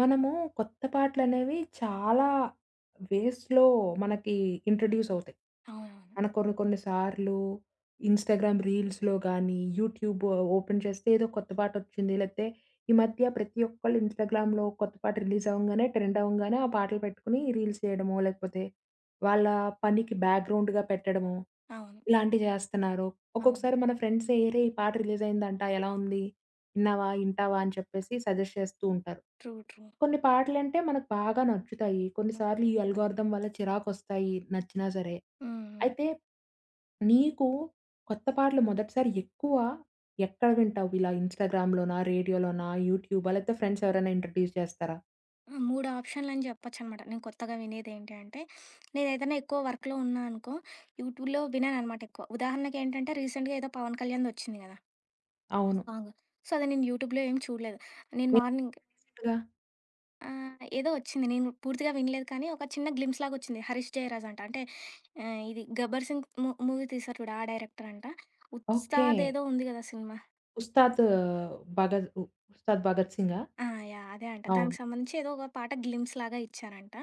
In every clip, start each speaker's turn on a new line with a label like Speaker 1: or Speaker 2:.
Speaker 1: మనము కొత్త పాటలనేవి చాలా వేస్‌లో మనకి ఇంట్రొడ్యూస్ అవుతాయి.
Speaker 2: అవునవును.
Speaker 1: మన కొన్ని కొన్ని సార్లు ఇన్‌స్టాగ్రామ్ రీల్స్‌లో గానీ, యూట్యూబ్ ఓపెన్ చేస్తే ఏదో కొత్త పాటొచ్చింది. లేతే ఈ మధ్య ప్రతి ఒక్కళ్ళు ఇన్‌స్టాగ్రామ్‌లో కొత్త పాట రిలీజ్ అవంగానే, ట్రెండ్ అవంగానే ఆ పాటలు పెట్టుకొని రీల్స్ చేయడమో, లేకపోతే వాళ్ళ పనికి బ్యాక్‌గ్రౌండ్‌గా పెట్టడమో
Speaker 2: అవును.
Speaker 1: ఇలాంటివి జేస్తన్నారు.
Speaker 2: అవును.
Speaker 1: ఒక్కొక్కసారి మన ఫ్రెండ్స్ "ఏరే! ఈ పాట రిలీజయిందంట ఎలా ఉంది? ఇన్నావా? ఇంటావా?" అని చెప్పేసి సజెస్ట్ చేస్తూ ఉంటారు.
Speaker 2: ట్రూ. ట్రూ.
Speaker 1: కొన్ని పాటలంటే మనకు బాగా నచ్చుతాయి.
Speaker 2: హ్మ్.
Speaker 1: కొన్నిసార్లు ఈ అల్గోరిథం వల్ల చిరాకొస్తాయి నచ్చినా సరే.
Speaker 2: హ్మ్. హ్మ్.
Speaker 1: అయితే నీకు కొత్త పాటలు మొదటిసారి ఎక్కువ ఎక్కడ వింటావు? ఇలా ఇన్‌స్టాగ్రామ్‌లోనా? రేడియోలోనా? యూట్యూబా? లేకపోతే ఫ్రెండ్స్ ఎవరైనా ఇంట్రడ్యూస్ చేస్తారా?
Speaker 2: ఆ! 3 ఆప్షన్‌లని చెప్పొచ్చనమాట. నేను కొత్తగా వినేదేంటి అంటే, నేనేదైనా ఎక్కువ వర్క్‌లో ఉన్నా అనుకో, యూట్యూబ్‌లో వినననమాట ఎక్కువ. ఉదాహరణకేంటంటే, రీసెంట్‌గా ఏదో పవన్ కళ్యాణ్‌దొచ్చింది గదా!
Speaker 1: అవును.
Speaker 2: సాంగ్. సో, అది నేను యూట్యూబ్‌లో ఏం చూడలేదు. నేను
Speaker 1: ఏం
Speaker 2: మార్నింగ్
Speaker 1: రీసెంట్‌గా?
Speaker 2: ఏదో వచ్చింది. నేను పూర్తిగా వినలేదు కానీ, ఒక చిన్న గ్లింప్స్ లాగొచ్చింది. 'హరీష్ జయరాజ్' అంట. అంటే ఇది 'గబ్బర్ సింగ్' మూవీ తీశారు చూడు, ఆ డైరెక్టర్ అంట.
Speaker 1: ఓకే.
Speaker 2: 'ఉస్తాద్' ఏదో ఉంది గదా సినిమా.
Speaker 1: ఉస్తాద్ భగత్ ఉ ఉస్తాద్ భగత్ సింగా?
Speaker 2: ఆ! యాహ్! అదే అంట. దానికి
Speaker 1: అవును.
Speaker 2: సంబంధించి ఏదో ఒక పాట గ్లిమ్స్ లాగా ఇచ్చారంట.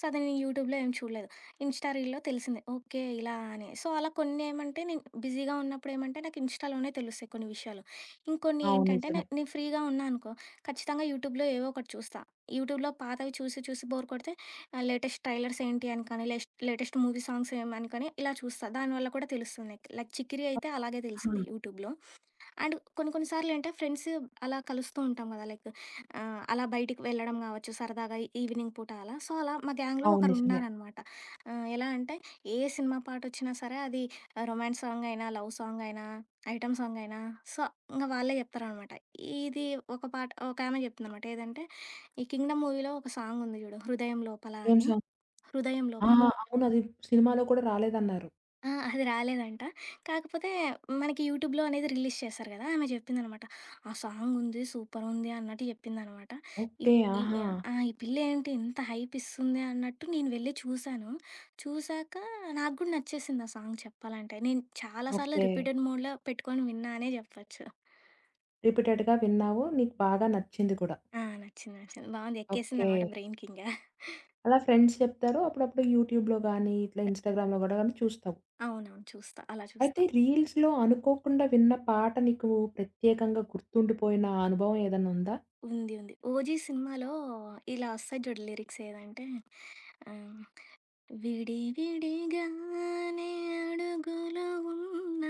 Speaker 2: సో, అది నేను యూట్యూబ్‌లో ఏం చూడలేదు. ఇన్‌స్టా రీల్‌లో తెలిసింది. ఓకే. ఇలా అని. సో, అలా కొన్నేమంటే నేను బిజీగా ఉన్నప్పుడు ఏమంటే నాకు ఇన్‌స్టాలోనే తెలుస్తాయి కొన్ని విషయాలు. ఇంకొన్ని
Speaker 1: అవును.
Speaker 2: ఏంటంటే నే
Speaker 1: నిజమే.
Speaker 2: నేను ఫ్రీగా ఉన్నా అనుకో ఖచ్చితంగా యూట్యూబ్‌లో ఏవో ఒకటి చూస్తా. యూట్యూబ్‌లో పాతవి చూసి చూసి బోర్ కొడితే లేటెస్ట్ ట్రైలర్స్ ఏంటి అని కానీ, లేటెస్ట్ మూవీ సాంగ్స్ ఏమని కానీ ఇలా చూస్తా. దానివల్ల కూడా తెలుస్తుంది. లైక్ 'చికిరి' అయితే అలాగే
Speaker 1: ఆ!
Speaker 2: తెలిసింది యూట్యూబ్‌లో. అండ్ కొన్ని కొన్ని సార్లు అంటే ఫ్రెండ్స్ అలా కలుస్తూ ఉంటాం కదా లైక్ ఆ, అలా బయటికి వెళ్ళడం కావచ్చు సరదాగా ఈవినింగ్ పూట అలా సో అలా మా గ్యాంగ్లో
Speaker 1: అవును.
Speaker 2: ఒకరు
Speaker 1: నిజమే.
Speaker 2: ఉన్నారనమాట. ఎలా అంటే ఏ సినిమా పాట వచ్చినా సరే అది రొమాన్స్ సాంగ్ అయినా లవ్ సాంగ్ అయినా ఐటమ్ సాంగ్ అయినా సో ఇంకా వాళ్ళే చెప్తారనమాట. ఇది ఒక పాట ఒక ఆమె చెప్తుంది అనమాట ఏదంటే ఈ కింగ్డమ్ మూవీలో ఒక సాంగ్ ఉంది చూడు హృదయం లోపల
Speaker 1: ఏం
Speaker 2: అని.
Speaker 1: సాంగ్?
Speaker 2: హృదయం
Speaker 1: ఆ!
Speaker 2: లోపల.
Speaker 1: అవును. అది సినిమాలో కూడా రాలేదన్నారు.
Speaker 2: ఆ! అది రాలేదంట. కాకపోతే మనకి యూట్యూబ్‌లో అనేది రిలీజ్ చేశారు గదా! ఆమె జెప్పిందనమాట. ఆ సాంగుంది, సూపరుంది అన్నట్టు జెప్పిందనమాట.
Speaker 1: ఓకే.
Speaker 2: ఇప్ ఈ
Speaker 1: ఆహా!
Speaker 2: ఆహ్, ఆ! ఈ పిల్లేంటి ఇంత హైపిస్తుంది అన్నట్టు నేను వెళ్లి చూసాను. చూసాక నాకు గూడా నచ్చేసింది ఆ సాంగ్ చెప్పాలంటే. నేను చాలా సార్లు
Speaker 1: ఓకే.
Speaker 2: రిపీటెడ్ మోడ్‌లో పెట్టుకొని విన్నా అనే జెప్పొచ్చు.
Speaker 1: రిపీటెడ్‌గా విన్నావు. నీకు బాగా నచ్చింది కూడా.
Speaker 2: ఆ! నచ్చింది. నచ్చింది. బావుంది.
Speaker 1: ఓకే.
Speaker 2: ఎక్కేసిందనమాట బ్రెయిన్‌కింకా.
Speaker 1: అలా ఫ్రెండ్స్ చెప్తారు. అప్పుడప్పుడు యూట్యూబ్‌లో గానీ, ఇట్లా ఇన్‌స్టాగ్రామ్‌లో కూడా గానీ చూస్తావు.
Speaker 2: అవునవును. చూస్తా. అలా చూస్తా.
Speaker 1: అయితే రీల్స్‌లో అనుకోకుండా విన్న పాట నీకు ప్రత్యేకంగా గుర్తుండిపోయిన అనుభవం ఏదన్నా ఉందా?
Speaker 2: ఉంది. ఉంది. 'ఓజీ' సినిమాలో ఇలా వస్తాయి చూడు లిరిక్స్ ఏదంటే ఆహ్, విడి విడిగానే అడుగులు ఉన్న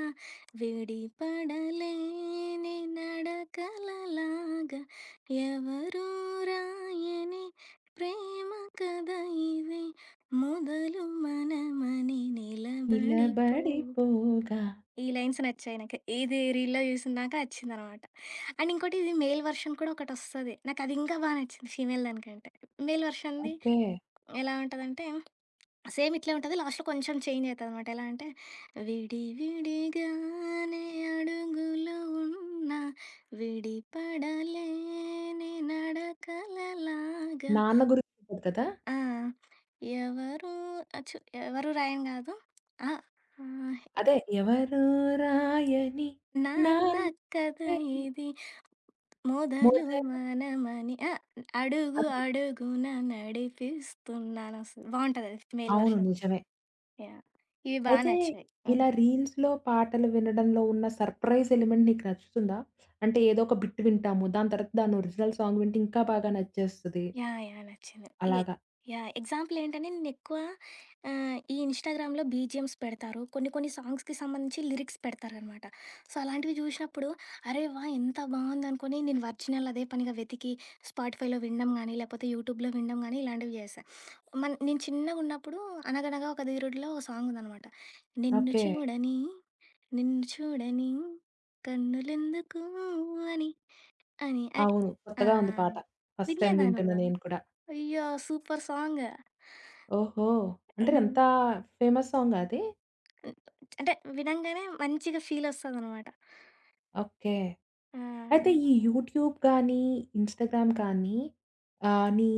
Speaker 2: విడిపడలేని నడకలలాగా ఎవరూ రాయని ప్రేమ కథ ఇది మొదలు మనమని నిలబడిపో.
Speaker 1: నిలబడిపోగా.
Speaker 2: ఈ లైన్స్ నచ్చాయి నాకు. ఏది రీల్‌లో చూసిందాక నచ్చిందనమాట. అండ్ ఇంకోటి ఇది మేల్ వర్షన్ కూడా ఒకటొస్తది. నాకది ఇంకా బా నచ్చింది ఫీమేల్ దానికంటే. మేల్ వర్షన్‌ది
Speaker 1: ఓకే.
Speaker 2: ఎలా ఉంటదంటే, సేమ్ ఇట్లే ఉంటది. లాస్ట్‌లో కొంచెం చేంజ్ అయితదనమాట. ఎలా అంటే, విడి విడిగానే అడుగులు ఉన్నా, విడిపడలేని నడకలలాగా.
Speaker 1: నాన్న గురించి ఉంటది కదా!
Speaker 2: ఆ! ఎవరు అచ్చు ఎవరు రాయను గాదు. ఆ! ఆ!
Speaker 1: అదే ఎవరో రాయని
Speaker 2: నా
Speaker 1: నాన్న
Speaker 2: నక్కద ఇది మొదలు
Speaker 1: మొదలు.
Speaker 2: మనమని ఆ! 'అడుగు
Speaker 1: అంతే.
Speaker 2: అడుగున నడిపిస్తున్నాను' స్ బావుంటదది. ఫీమేల్
Speaker 1: అవును.
Speaker 2: వర్షన్.
Speaker 1: నిజమే.
Speaker 2: యాహ్! ఇవి బా
Speaker 1: అయితే
Speaker 2: నచ్చాయి. హ్మ్.
Speaker 1: ఇలా రీల్స్‌లో పాటలు వినడంలో ఉన్న సర్ప్రైజ్ ఎలిమెంట్ నీకు నచ్చుతుందా? అంటే ఏదో ఒక బిట్ వింటాము. దాని తర్వాత దాని ఒరిజినల్ సాంగ్ వింటే ఇంకా బాగా నచ్చేస్తది.
Speaker 2: యాహ్! యాహ్! నచ్చింది. ఎ
Speaker 1: అలాగా.
Speaker 2: యాహ్! ఎగ్జాంపుల్ ఏంటంటే నేనెక్కువ ఈ ఇన్‌స్టాగ్రామ్‌లో బీజీఎమ్స్ పెడతారు. కొన్ని కొన్ని సాంగ్స్‌కి సంబంధించి లిరిక్స్ పెడతారనమాట. సో, అలాంటివి చూసినప్పుడు అరే వాహ్! ఎంత బావుందనుకోని నేను ఒరిజినల్ అదే పనిగా వెతికి స్పాటిఫైలో వినడం గానీ, లేకపోతే యూట్యూబ్‌లో వినడం గానీ ఇలాంటివి చేశా. నేను చిన్నగున్నప్పుడు 'అనగనగా ఒక ధీరుడులో' ఒక సాంగుందనమాట. నిన్ను
Speaker 1: ఓకే.
Speaker 2: చూడని, నిన్ను చూడని కన్నులెందుకు అని అని. అ
Speaker 1: అవును.
Speaker 2: ఆ!
Speaker 1: కొత్తగా ఉంది పాట. ఫస్ట్ టైమ్
Speaker 2: వినలేదా
Speaker 1: వింటున్నా
Speaker 2: నువ్వు?
Speaker 1: నేను కూడా.
Speaker 2: అయ్యో! Super song.
Speaker 1: ఓహో! అంటే
Speaker 2: హ్మ్.
Speaker 1: ఎంత ఫేమస్ సాంగా అది?
Speaker 2: అంటే వినంగానే మంచిగా ఫీలొస్తదనమాట.
Speaker 1: ఓకే.
Speaker 2: ఆహ్,
Speaker 1: అయితే ఈ యూట్యూబ్ కానీ, ఇన్‌స్టాగ్రామ్ కానీ నీ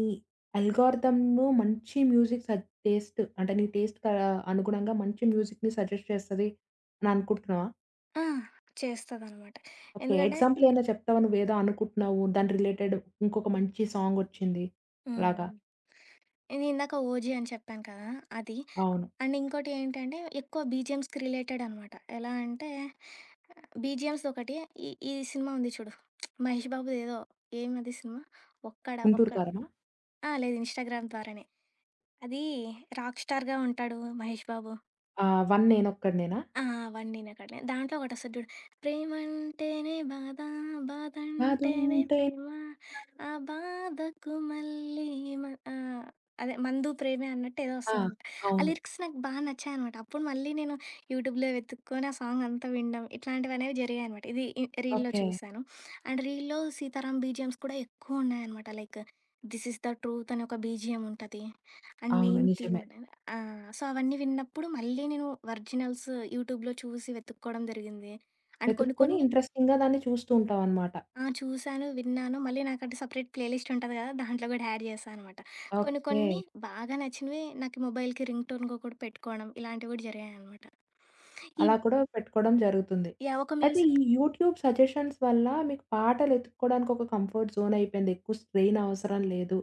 Speaker 1: అల్గోరిథమ్‌ను మంచి మ్యూజిక్ టేస్ట్ అంటే నీ టేస్ట్‌కి అనుగుణంగా మంచి మ్యూజిక్‌ని సజెస్ట్ చేస్తది అని అనుకుంటున్నావా?
Speaker 2: ఆ! చేస్తదనమాట.
Speaker 1: ఓకే.
Speaker 2: ఎందుకంటే
Speaker 1: ఎగ్జాంపుల్ ఏమైనా చెప్తావా? నువ్వేదో అనుకుంటున్నావు. దాని రిలేటెడ్ ఇంకొక మంచి సాంగ్ వచ్చింది.
Speaker 2: హ్మ్.
Speaker 1: అలాగా.
Speaker 2: నేను ఇందాక 'ఓజీ' అని చెప్పాను కదా! అది.
Speaker 1: అవును.
Speaker 2: అండ్ ఇంకోటి ఏంటంటే ఎక్కువ బీజీఎమ్స్‌కి రిలేటెడ్ అనమాట. ఎలా అంటే బీజీఎమ్స్‌దొకటి ఈ ఈ సినిమా ఉంది చూడు. 'మహేష్ బాబుదేదో' ఏమది సినిమా? 'ఒక్కడా
Speaker 1: 'గుంటూరు
Speaker 2: ఒక్క'.
Speaker 1: కారమా'?
Speaker 2: ఆ! లేదు ఇన్‌స్టాగ్రామ్ ద్వారానే. అది రాక్ స్టార్‌గా ఉంటాడు 'మహేష్ బాబు.'
Speaker 1: ఆ! 'వన్ నేనొక్కడినేనా'?
Speaker 2: ఆ! వండిన కడలే. దాంట్లో ఒకటొస్తది జూడు. ప్రేమంటేనే బాధ, బాధంటేనే
Speaker 1: అదుంటే
Speaker 2: ప్రేమ, ఆ బాధకు మళ్ళీ మ ఆ! అదే 'మందు ప్రేమే' అన్నట్టు ఏదో
Speaker 1: ఆ!
Speaker 2: వస్తదనమాట. ఆ
Speaker 1: అవును.
Speaker 2: లిరిక్స్ నాకు బాగా నచ్చాయనమాట. అప్పుడు మళ్ళీ నేను యూట్యూబ్‌లో వెతుక్కొని ఆ సాంగ్ అంతా వినడం, ఇట్లాంటివనేవి జరిగాయనమాట. ఇది రీల్‌లో
Speaker 1: ఓకే.
Speaker 2: చూసాను. అండ్ రీల్‌లో సీతారాం బీజీఎమ్స్ కూడా ఎక్కువున్నాయనమాట. Like 'this is the truth' అని ఒక బీజీఎమ్ ఉంటది. అండ్
Speaker 1: అవును.
Speaker 2: Main theme.
Speaker 1: నిజమే.
Speaker 2: ఆ! సో, అవన్నీ విన్నప్పుడు మళ్ళీ నేను ఒరిజినల్స్ యూట్యూబ్‌లో చూసి వెతుక్కోవడం జరిగింది. అండ్ కొన్ని
Speaker 1: వెతుక్కొని
Speaker 2: కొన్ని.
Speaker 1: ఇంట్రెస్టింగ్‌గా దాన్ని చూస్తూ ఉంటావన్నమాట.
Speaker 2: ఆ! చూసాను, విన్నాను. మళ్ళీ నాకంటే సెపరేట్ ప్లే లిస్ట్ ఉంటది కదా! దాంట్లో కూడా యాడ్ చేశా అనమాట. కొన్ని
Speaker 1: ఓకే.
Speaker 2: కొన్ని బాగా నచ్చినవి నాకు మొబైల్‌కి రింగ్ టోన్‌గా కూడా పెట్టుకోవడం ఇలాంటివి కూడా జరిగాయనమాట. ఈ
Speaker 1: అలా కూడా పెట్టుకోవడం జరుగుతుంది.
Speaker 2: యాహ్! ఒక
Speaker 1: అయితే ఈ
Speaker 2: మ్యూజిక్.
Speaker 1: యూట్యూబ్ సజెషన్స్ వల్ల మీకు పాటలు ఎతుక్కోవడానికి ఒక కంఫర్ట్ జోన్ అయిపోయింది. ఎక్కువ స్ట్రెయిన్ అవసరం లేదు.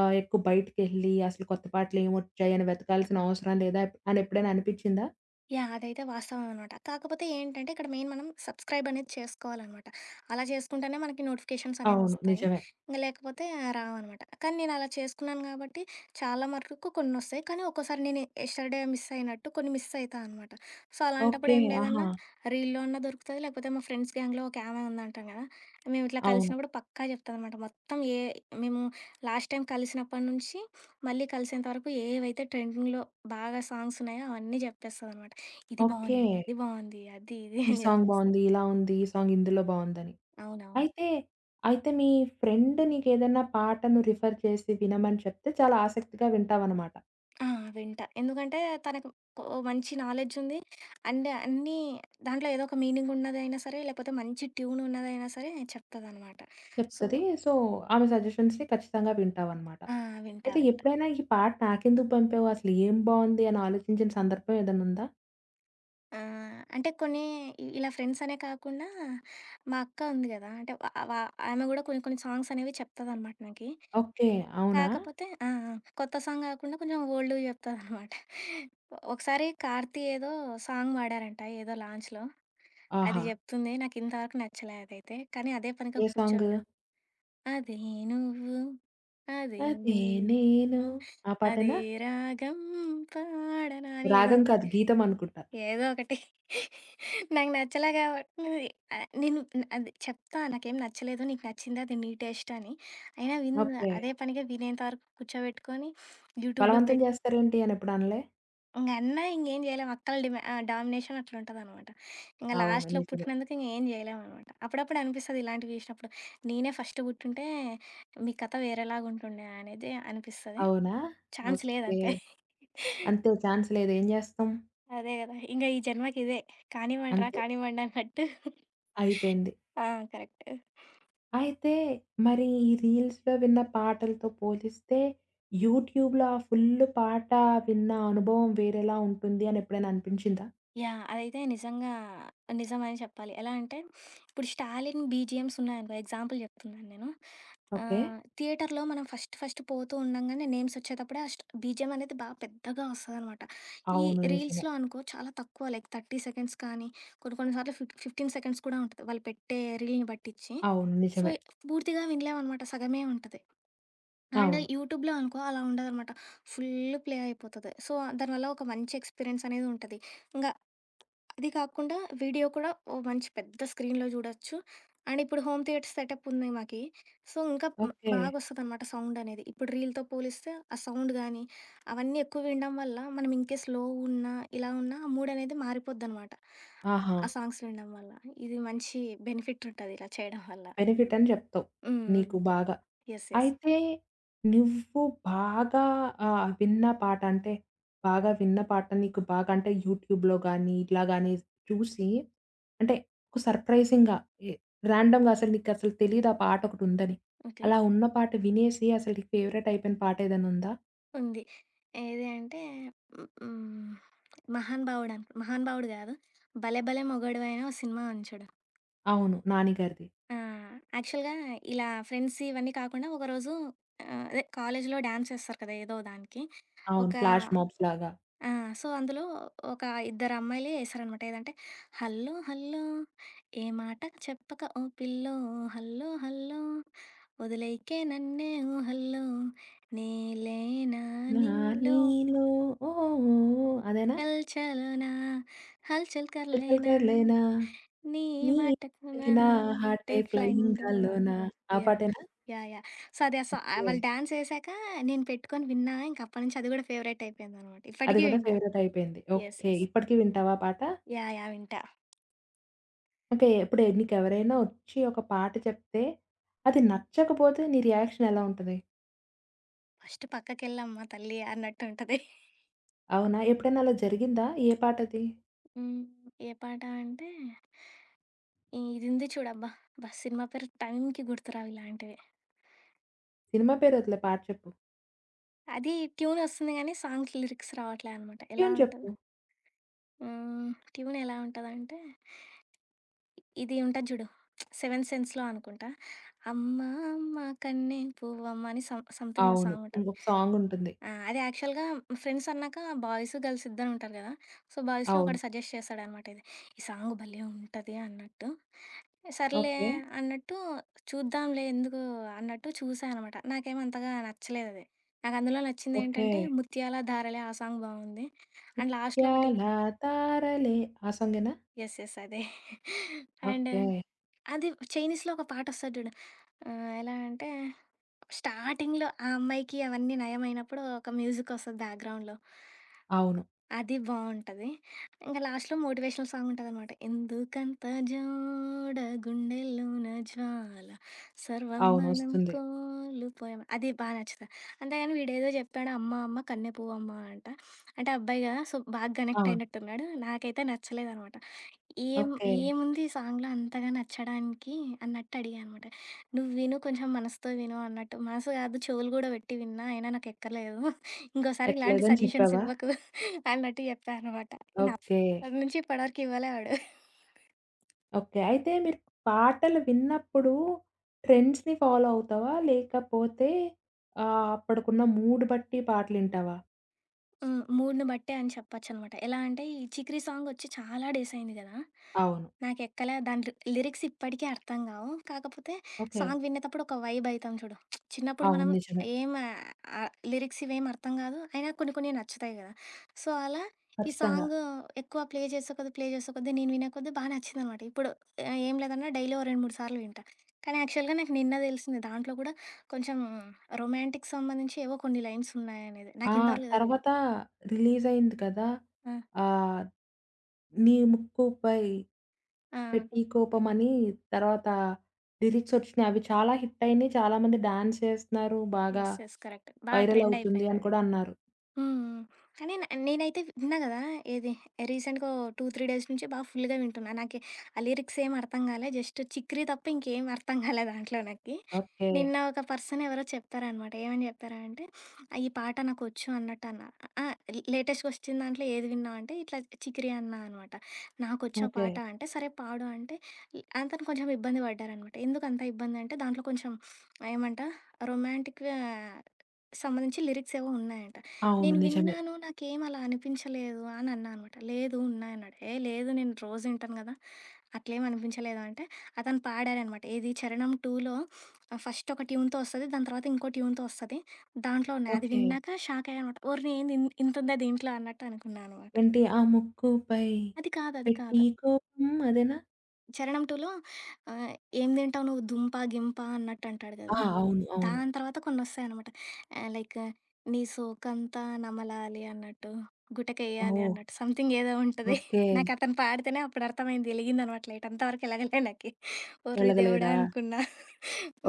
Speaker 1: ఎక్కువ బయటికెళ్ళి అసలు కొత్త పాటలు ఏమొచ్చాయి అని వెతకాల్సిన అవసరం లేదా అని ఎప్పుడైనా అనిపించిందా?
Speaker 2: యాహ్! అదైతే వాస్తవం అనమాట. కాకపోతే ఏంటంటే, ఇక్కడ మెయిన్ మనం సబ్‌స్క్రైబ్ అనేది చేసుకోవాలనమాట. అలా చేసుకుంటేనే మనకి నోటిఫికేషన్స్
Speaker 1: అవును.
Speaker 2: అనేవొస్తాయి.
Speaker 1: నిజమే.
Speaker 2: ఇంక లేకపోతే రావనమాట. కానీ నేను అలా చేసుకున్నాను గాబట్టి, చాలా మటుకు కొన్నొస్తాయి. కానీ ఒక్కోసారి నేను యెస్టర్‌డే మిస్ అయినట్టు కొన్ని మిస్ అయితా అనమాట. సో, అలాంటప్పుడు
Speaker 1: ఓకే.
Speaker 2: ఏం
Speaker 1: ఆహా!
Speaker 2: లేదన్నా, రీల్‌లో అన్నా దొరుకుతది, లేకపోతే మా ఫ్రెండ్స్ గ్యాంగ్‌లో ఒక ఆమె ఉందంటాం గదా! మేము ఇట్లా
Speaker 1: అవును.
Speaker 2: కలిసినప్పుడు పక్కా చెప్తదనమాట. మొత్తం ఏ మేము లాస్ట్ టైం కలిసినప్పటి నుంచి, మళ్ళీ కలిసేంత వరకు ఏవైతే ట్రెండింగ్‌లో బాగా సాంగ్స్ ఉన్నాయో అవన్నీ జెప్పేస్తదనమాట. ఇది
Speaker 1: ఓకే.
Speaker 2: బావుంది. అది బావుంది. అది ఇది
Speaker 1: ఈ
Speaker 2: అని
Speaker 1: సాంగ్
Speaker 2: చెప్పేస్తది.
Speaker 1: బావుంది, ఇలా ఉంది, ఈ సాంగ్ ఇందులో బావుందని.
Speaker 2: అవునవును.
Speaker 1: అయితే, అయితే మీ ఫ్రెండ్ నీకేదన్నా పాటను రిఫర్ చేసి వినమని చెప్తే చాలా ఆసక్తిగా వింటావన్నమాట.
Speaker 2: ఆ! వింటా. ఎందుకంటే తనకు ఓ మంచి నాలెడ్జ్ ఉంది. అండ్ అన్నీ దాంట్లో ఏదో ఒక మీనింగ్ ఉన్నదైనా సరే, లేకపోతే మంచి ట్యూన్ ఉన్నదైనా సరే చెప్తదనమాట. సో
Speaker 1: చెప్తది. సో, ఆమె సజెషన్స్‌ని ఖచ్చితంగా వింటావనమాట.
Speaker 2: ఆ! వింటా.
Speaker 1: అయితే
Speaker 2: వింటా.
Speaker 1: ఎప్పుడైనా ఈ పాట నాకెందుకు పంపావు? అసలు ఏం బావుంది అని ఆలోచించిన సందర్భం ఏదైనా ఉందా?
Speaker 2: అంటే కొన్ని ఇలా ఫ్రెండ్స్ అనే కాకుండా మా అక్క ఉంది గదా! అంటే వ వ ఆమె గూడా కొన్ని కొన్ని సాంగ్స్ అనేవి చెప్తదనమాట నాకి.
Speaker 1: ఓకే. అవునా?
Speaker 2: కాకపోతే ఆ! ఆ! కొత్త సాంగ్ గాకుండా కొంచెం ఓల్డ్‌వి జెప్తదనమాట. ఒకసారి 'కార్తీ' ఏదో సాంగ్ పాడారంట ఏదో లాంచ్‌లో. అది
Speaker 1: ఆహా!
Speaker 2: జెప్తుంది. నాకింతవరకు నచ్చలే అదైతే. కానీ అదే పనిగా
Speaker 1: ఏ సాంగు?
Speaker 2: కూర్చోని అదే నువ్వు, అదే
Speaker 1: అదే నేను
Speaker 2: నేను,
Speaker 1: ఆ
Speaker 2: అదే
Speaker 1: పాటేనా?
Speaker 2: రాగం పాడనా అని ఏదో
Speaker 1: రాగం
Speaker 2: ఉంది.
Speaker 1: కాదు గీతం అనుకుంటా.
Speaker 2: ఏదో ఒకటి. నాకు నచ్చలే కాబట్టి నేను అది చెప్తా నాకేం నచ్చలేదు. నీకు నచ్చింది అది నీ టేస్ట్ అని. అయినా విను
Speaker 1: ఓకే.
Speaker 2: అదే పనిగా వినేంత వరకు కూర్చోబెట్టుకొని యూట్యూబ్‌లో
Speaker 1: బలవంతం చేస్తారేంటి అని ఎప్పుడు అనలే?
Speaker 2: ఇంగ అన్నా ఇంగేం చేయలేం. అక్కల డామినేషన్ అట్లుంటదనమాట. ఇంగ
Speaker 1: అవును.
Speaker 2: లాస్ట్‌లో
Speaker 1: నిజమే.
Speaker 2: పుట్టినందుకు ఇంగ ఏం చేయలేమనమాట. అప్పుడప్పుడు అనిపిస్తది ఇలాంటివి చేసినప్పుడు. నేనే ఫస్ట్ పుట్టుంటే మీ కథ వేరేలాగుంటుండే అనేది అనిపిస్తది.
Speaker 1: అవునా?
Speaker 2: Chance
Speaker 1: okay.
Speaker 2: లేదంతే.
Speaker 1: అంతే ఛాన్స్ లేదు. ఏం చేస్తాం?
Speaker 2: అదే గదా! ఇంగ ఈ జన్మకిదే. కానివ్వండిరా
Speaker 1: అంతే.
Speaker 2: కానివ్వండి రా కానివ్వండి అన్నట్టు.
Speaker 1: అయిపోయింది.
Speaker 2: ఆ! కరెక్ట్.
Speaker 1: అయితే మరి ఈ రీల్స్‌లో విన్న పాటలతో పోలిస్తే, యూట్యూబ్‌లో ఆ ఫుల్ పాట విన్న అనుభవం వేరేలా ఉంటుంది అని ఎప్పుడైనా అనిపించిందా?
Speaker 2: యాహ్! అదైతే నిజంగా నిజమని చెప్పాలి. ఎలా అంటే, ఇప్పుడు 'స్టాలిన్' బీజీఎమ్స్ ఉన్నాయనుకో ఎగ్జాంపుల్ చెప్తున్నాను నేను.
Speaker 1: ఓకే.
Speaker 2: థియేటర్‌లో మనం ఫస్ట్ ఫస్ట్ పోతూ ఉండంగానే నేమ్స్ వచ్చేటప్పుడే ఆ బీజీఎం అనేది బాగా పెద్దగా వస్తదనమాట. ఈ
Speaker 1: అవును. నిజమే.
Speaker 2: రీల్స్‌లో అనుకో చాలా తక్కువ లైక్ 30 సెకండ్స్ కానీ, కొన్ని కొన్ని సార్లు 15 సెకండ్స్ కూడా ఉంటది. వాళ్ళు పెట్టే రీల్‌ని బట్టిచ్చి.
Speaker 1: అవును.
Speaker 2: సో,
Speaker 1: నిజమే.
Speaker 2: పూర్తిగా వినలేమనమాట. సగమే ఉంటది. అండ్
Speaker 1: అవును.
Speaker 2: యూట్యూబ్‌లో అనుకో అలా ఉండదనమాట. ఫుల్ ప్లే అయిపోతది. సో, దానివల్ల ఒక మంచి ఎక్స్‌పీరియన్స్ అనేది ఉంటది. ఇంగా అది కాకుండా వీడియో కూడా ఓ మంచి పెద్ద స్క్రీన్‌లో చూడొచ్చు. అండ్ ఇప్పుడు హోమ్ థియేటర్ సెటప్ ఉంది మాకి. సో, ఇంకా
Speaker 1: ఓకే.
Speaker 2: బాగొస్తదనమాట సౌండనేది. ఇప్పుడు రీల్‌తో పోలిస్తే ఆ సౌండ్ గానీ, అవన్నీ ఎక్కువ వినడం వల్ల మనం ఇంకేస్ లో ఉన్నా, ఇలా ఉన్నా ఆ మూడనేది మారిపోద్దనమాట.
Speaker 1: ఆహా!
Speaker 2: ఆ సాంగ్స్ వినడం వల్ల. ఇది మంచి బెనిఫిట్ ఉంటది ఇలా చేయడం వల్ల.
Speaker 1: బెనిఫిట్ అని చెప్తావు.
Speaker 2: హ్మ్. హ్మ్.
Speaker 1: నీకు బాగా.
Speaker 2: యెస్. యెస్.
Speaker 1: అయితే నువ్వు బాగా విన్న పాట అంటే, బాగా విన్న పాట నీకు బాగా అంటే యూట్యూబ్‌లో గానీ, ఇట్లా గానీ చూసి అంటే ఒక సర్ప్రైజింగ్‌గా ఎ ర్యాండమ్‌గా అసలు నీకసలు తెలీదు ఆ పాట ఒకటుందని.
Speaker 2: ఓకే.
Speaker 1: అలా ఉన్న పాట వినేసి అసలు నీకు ఫేవరెట్ అయిపోయిన పాట ఏదైనా ఉందా?
Speaker 2: ఉంది. ఏది అంటే హ్మ్, హ్మ్. 'మహానుభావుడు' అను 'మహానుభావుడు' గాదు. 'భలే భలే మొగాడివైన' ఓ సినిమా ఉంది చూడు.
Speaker 1: అవును. 'నాని' గారిది.
Speaker 2: ఆ! యాక్చువల్‌గా ఇలా ఫ్రెండ్స్ ఇవన్నీ కాకుండా ఒకరోజు అదే కాలేజీలో డాన్స్ చేస్తారు కదా! ఏదో దానికి.
Speaker 1: అవును.
Speaker 2: ఒక
Speaker 1: ఫ్లాష్ మాబ్స్ లాగా.
Speaker 2: ఆ! సో, అందులో ఒక ఇద్దరు అమ్మాయిలు యేసారనమాట. ఏదంటే, హల్లో హల్లో ఏ మాట చెప్పక ఓ పిల్లో హల్లో హల్లో వదిలేయకే నన్నే ఓ హల్లో నేలేనా నీలో
Speaker 1: నానిలో ఓ ఓ ఓ అదేనా?
Speaker 2: చల్ చలోనా హల్చల్
Speaker 1: చల్ చల్
Speaker 2: కర్లేనా
Speaker 1: కర్లేనా.
Speaker 2: నీ
Speaker 1: నీ
Speaker 2: మాటకు
Speaker 1: తాకిన హార్టే
Speaker 2: ఫ్లైంగ్
Speaker 1: ఫ్లయింగ్
Speaker 2: ద
Speaker 1: గాల్లోన
Speaker 2: వరల్డ్.
Speaker 1: ఆ
Speaker 2: యా
Speaker 1: పాటేనా?
Speaker 2: యా యా సో అది అసలు
Speaker 1: ఓకే.
Speaker 2: వాళ్ళు డాన్స్ వేసాక నేను పెట్టుకొని విన్నా ఇంక అప్పటి నుంచి అది కూడా ఫేవరెట్ అయిపోయింది అనమాట
Speaker 1: అది
Speaker 2: ఇప్పటికీ
Speaker 1: గూడా
Speaker 2: వింటా.
Speaker 1: ఫేవరెట్ అయిపోయింది.
Speaker 2: Yes
Speaker 1: okay.
Speaker 2: ఎస్
Speaker 1: ఇప్పటికి వింటావా ఆ పాట?
Speaker 2: యా యా వింటా.
Speaker 1: ఓకే. ఇప్పుడు నీకెవరైనా ఒచ్చి ఒక పాట చెప్తే, అది నచ్చకపోతే నీ రియాక్షన్ ఎలా ఉంటది?
Speaker 2: ఫస్ట్ పక్కకి వెళ్ళమ్మా తల్లి అన్నట్టు ఉంటది.
Speaker 1: అవునా? ఎప్పుడైనా అలా జరిగిందా? ఏ పాటది?
Speaker 2: ఉమ్, ఏ పాట అంటే ఇది ఉంది చూడబ్బా సినిమా పేరు టైంకి గుర్తురావు ఇలాంటివి.
Speaker 1: సినిమా పేరు వదిలేయి పాట చెప్పు.
Speaker 2: అది ట్యూన్ వస్తుంది కానీ సాంగ్ లిరిక్స్ రావట్లే అనమాట ఎలా
Speaker 1: ట్యూన్ చెప్పు.
Speaker 2: ఉంటుంది. హ్మ్. ట్యూన్ ఎలా ఉంటదంటే, ఇది ఉంటది జూడు 'సెవెన్త్ సెన్స్‌లో' అనుకుంటా. 'అమ్మ అమ్మ కన్నె పువ్వమ్మ' అని సంథింగ్ ఏదో
Speaker 1: అవును.
Speaker 2: సాంగ్ ఉంటది.
Speaker 1: ఇంకొక సాంగ్ ఉంటుంది.
Speaker 2: ఆ! అది యాక్చువల్‌గా ఫ్రెండ్స్ అన్నాక బాయ్స్, గర్ల్స్ ఇద్దరు ఉంటారు గదా! సో, బాయ్స్‌లో
Speaker 1: అవును.
Speaker 2: ఒకడు సజెస్ట్ చేశాడనమాట ఇది. ఈ సాంగ్ భలే ఉంటది అన్నట్టు. సర్లే
Speaker 1: ఓకే.
Speaker 2: అన్నట్టు చూద్దాంలే ఎందుకు అన్నట్టు చూసా అనమాట. నాకేం అంతగా నచ్చలేదది. నాకు అందులో
Speaker 1: ఓకే.
Speaker 2: నచ్చిందేంటంటే 'ముత్యాల ధారలే' ఆ సాంగ్ బావుంది. అండ్ లాస్ట్‌లో ఒకటి
Speaker 1: 'ముత్యాల తారలే' ఆ సాంగేనా?
Speaker 2: యెస్. యెస్. అదే. And
Speaker 1: okay.
Speaker 2: అది చైనీస్‌లో ఒక పాటొస్తది జూడు. ఎలా అంటే స్టార్టింగ్‌లో ఆ అమ్మాయికి అవన్నీ నయమైనప్పుడు ఒక మ్యూజికొస్తది బ్యాక్‌గ్రౌండ్‌లో.
Speaker 1: అవును.
Speaker 2: అది బావుంటది. ఇంక లాస్ట్‌లో మోటివేషనల్ సాంగుంటదనమాట. ఎందుకంత జోడ గుండెల్లోన జ్వాల సర్వం
Speaker 1: అవును.
Speaker 2: మనం
Speaker 1: వస్తుంది.
Speaker 2: కోల్పోయాం అది బా నచ్చుతది. అంతేగాని వీడేదో జెప్పాడు అమ్మ, అమ్మ కన్నె పువ్వమ్మ అంట. అంటే అబ్బాయిగా సో, బాగా కనెక్ట్
Speaker 1: అవును.
Speaker 2: అయినట్టున్నాడు. నాకైతే నచ్చలేదనమాట. ఏం
Speaker 1: ఓకే.
Speaker 2: ఏముంది ఈ సాంగ్‌లో అంతగా నచ్చడానికి అన్నట్టు అడిగా అనమాట. "నువ్వు విను కొంచెం మనసుతో విను" అన్నట్టు. మనసు కాదు చెవులు కూడా పెట్టి విన్నా అయినా నాకెక్కలేదు. ఇంకోసారి ఇలాంటి
Speaker 1: ఎక్కలేదని
Speaker 2: సజెషన్స్
Speaker 1: చెప్పావా?
Speaker 2: ఇవ్వకు అన్నట్టు చెప్పా అనమాట. ఇంగ
Speaker 1: ఓకే.
Speaker 2: అప్పటి నుంచి ఇప్పటి వరకు ఇవ్వలే వాడు.
Speaker 1: ఓకే. మీరు పాటలు విన్నప్పుడు ట్రెండ్స్‌ని ఫాలో అవుతావా? లేకపోతే అప్పటికున్న మూడ్ బట్టి పాటలింటావా?
Speaker 2: హ్మ్. మూడ్‌ని బట్టే అని చెప్పొచ్చనమాట. ఎలా అంటే ఈ 'చికిరి' సాంగొచ్చి చాలా డేస్ అయింది కదా!
Speaker 1: అవును.
Speaker 2: నాకెక్కలే దాని లిరిక్స్ ఇప్పటికీ అర్థం గావు. కాకపోతే
Speaker 1: ఓకే.
Speaker 2: సాంగ్ వినేతప్పుడు ఒక వైబ్ అయితాం చూడు. చిన్నప్పుడు
Speaker 1: అవును.
Speaker 2: మనం
Speaker 1: నిజమే.
Speaker 2: ఏం లిరిక్స్ ఇవేం అర్థం గాదు. అయినా కొన్ని కొన్ని నచ్చుతాయి గదా! సో, అలా ఈ
Speaker 1: ఖచ్చితంగా.
Speaker 2: సాంగ్ ఎక్కువ ప్లే చేసే కొద్దీ, ప్లే చేసే కొద్దీ నేను వినే కొద్దీ బా నచ్చిందనమాట. ఇప్పుడు ఏం లేదన్నా డైలీ ఓ 2, 3 సార్లు వింటా. కానీ యాక్చువల్‌గా నాకు నిన్న దెలిసింది. దాంట్లో గూడా కొంచెం రొమాంటిక్ సంబంధించి ఏవో కొన్ని లైన్స్ ఉన్నాయనేది.
Speaker 1: ఆ!
Speaker 2: నాకు ఇంతవరకు తెలీదు.
Speaker 1: తర్వాత రిలీజయింది కదా!
Speaker 2: ఆ!
Speaker 1: ఆహ్, 'నీ ముక్కుపై
Speaker 2: ఆ!
Speaker 1: పెట్టి కోపమని' తర్వాత లిరిక్సొచ్చినియి. అవి చాలా హిట్టయినియి. చాలామంది డాన్స్ చేస్తున్నారు. బాగా
Speaker 2: యెస్. యెస్. కరెక్ట్. బా ట్రెండ్
Speaker 1: వైరలవుతుంది అని
Speaker 2: అయిపోయిందది.
Speaker 1: కూడా అన్నారు.
Speaker 2: హ్మ్. కానీ నేనైతే విన్నా గదా! ఏది రీసెంట్‌గా ఓ 2, 3 డేస్ నుంచి బాగా ఫుల్‌గా వింటున్నా. నాకి ఆ లిరిక్స్ ఏం అర్థం గాలే. జస్ట్ 'చిక్కిరి' తప్ప ఇంకేం అర్థం గాలే దాంట్లో నాకి.
Speaker 1: ఓకే.
Speaker 2: నిన్న ఒక పర్సన్ ఎవరో చెప్పారనమాట. ఏమని చెప్పారంటే, "ఈ పాట నాకొచ్చు" అన్నట్టు అన్నా. ఆ! లేటెస్ట్‌గా వచ్చిన దాంట్లో ఏది విన్నావు అంటే, ఇట్లా 'చికిరి' అన్నా అనమాట. "నాకొచ్చు ఆ
Speaker 1: ఓకే.
Speaker 2: పాట" అంటే, "సరే పాడు" అంటే, అతను కొంచెం ఇబ్బంది పడ్డారనమాట. ఎందుకంత ఇబ్బంది అంటే, దాంట్లో కొంచెం ఏమంట రొమాంటిక్ సంబంధించి లిరిక్స్ ఏవో ఉన్నాయంట.
Speaker 1: అవును.
Speaker 2: నేను
Speaker 1: నిజమే.
Speaker 2: విన్నాను. నాకేం అలా అనిపించలేదు అని అన్నా అనమాట. లేదు ఉన్నాయన్నాడు. ఏ లేదు నేను రోజు వింటాను గదా! అట్లేం అనిపించలేదు అంటే, అతను పాడారనమాట. ఏది 'చరణం 2లో' ఫస్ట్ ఒక ట్యూన్‌తో వస్తది. దాని తర్వాత ఇంకో ట్యూన్‌తో వస్తది. దాంట్లో ఉన్నాయి. అది
Speaker 1: ఓకే.
Speaker 2: విన్నాక షాక్ అయ్యానమాట. ఓరిని ఏంది ఇంతుందా దీంట్లో అన్నట్టు అనుకున్నా అనమాట.
Speaker 1: ఏంటి ఆ ముక్కుపై
Speaker 2: అది కాదు. అది
Speaker 1: పెట్టి
Speaker 2: కాదు.
Speaker 1: కోపం అదేనా?
Speaker 2: 'చరణం 2లో' ఆహ్, ఏం తింటావు నువ్వు దుంప, గింప అన్నట్టు అంటాడు
Speaker 1: ఆ!
Speaker 2: కదా!
Speaker 1: అవును. అవును.
Speaker 2: దాని తర్వాత కొన్నొస్తాయనమాట. ఆహ్, లైక్ నీ సోకంతా నమలాలి అన్నట్టు, గుటకేయాలి
Speaker 1: ఓహ్!
Speaker 2: అన్నట్టు సంథింగ్ ఏదో ఉంటది.
Speaker 1: ఓకే.
Speaker 2: నాకు అతను పాడితేనే అప్పుడు అర్థమైంది. ఎలిగిందనమాట లైట్. అంతవరకు ఎలగలే నాకి. ఓర్రి దేవుడా!
Speaker 1: వెలగలేదా?
Speaker 2: అనుకున్నా.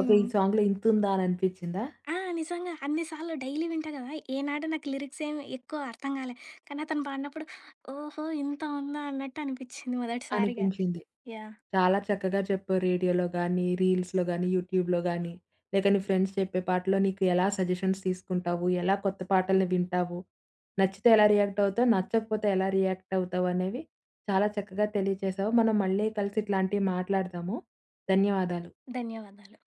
Speaker 1: ఓకే. ఈ సాంగ్‌లో ఇంతుందా అని అనిపించిందా?
Speaker 2: ఆ! నిజంగా అన్ని సార్లు డైలీ వింటా కదా! ఏనాడు నాకు లిరిక్స్ ఏమి ఎక్కువ అర్థం కాలే. కానీ అతను పాడినప్పుడు ఓహో! ఇంత ఉందా అన్నట్టు అనిపించింది మొదటిసారిగా.
Speaker 1: అనిపించింది.
Speaker 2: యాహ్!
Speaker 1: చాలా చక్కగా చెప్పావు. రేడియోలో గానీ, రీల్స్‌లో గానీ, యూట్యూబ్‌లో గానీ, లేక నీ ఫ్రెండ్స్ చెప్పే పాటలో నీకు ఎలా సజెషన్స్ తీసుకుంటావు? ఎలా కొత్త పాటల్ని వింటావు? నచ్చితే ఎలా రియాక్ట్ అవుతావు? నచ్చకపోతే ఎలా రియాక్ట్ అవుతావు అనేవి చాలా చక్కగా తెలియజేశావు. మనం మళ్ళీ కలిసి ఇట్లాంటివి మాట్లాడదాము. ధన్యవాదాలు.
Speaker 2: ధన్యవాదాలు.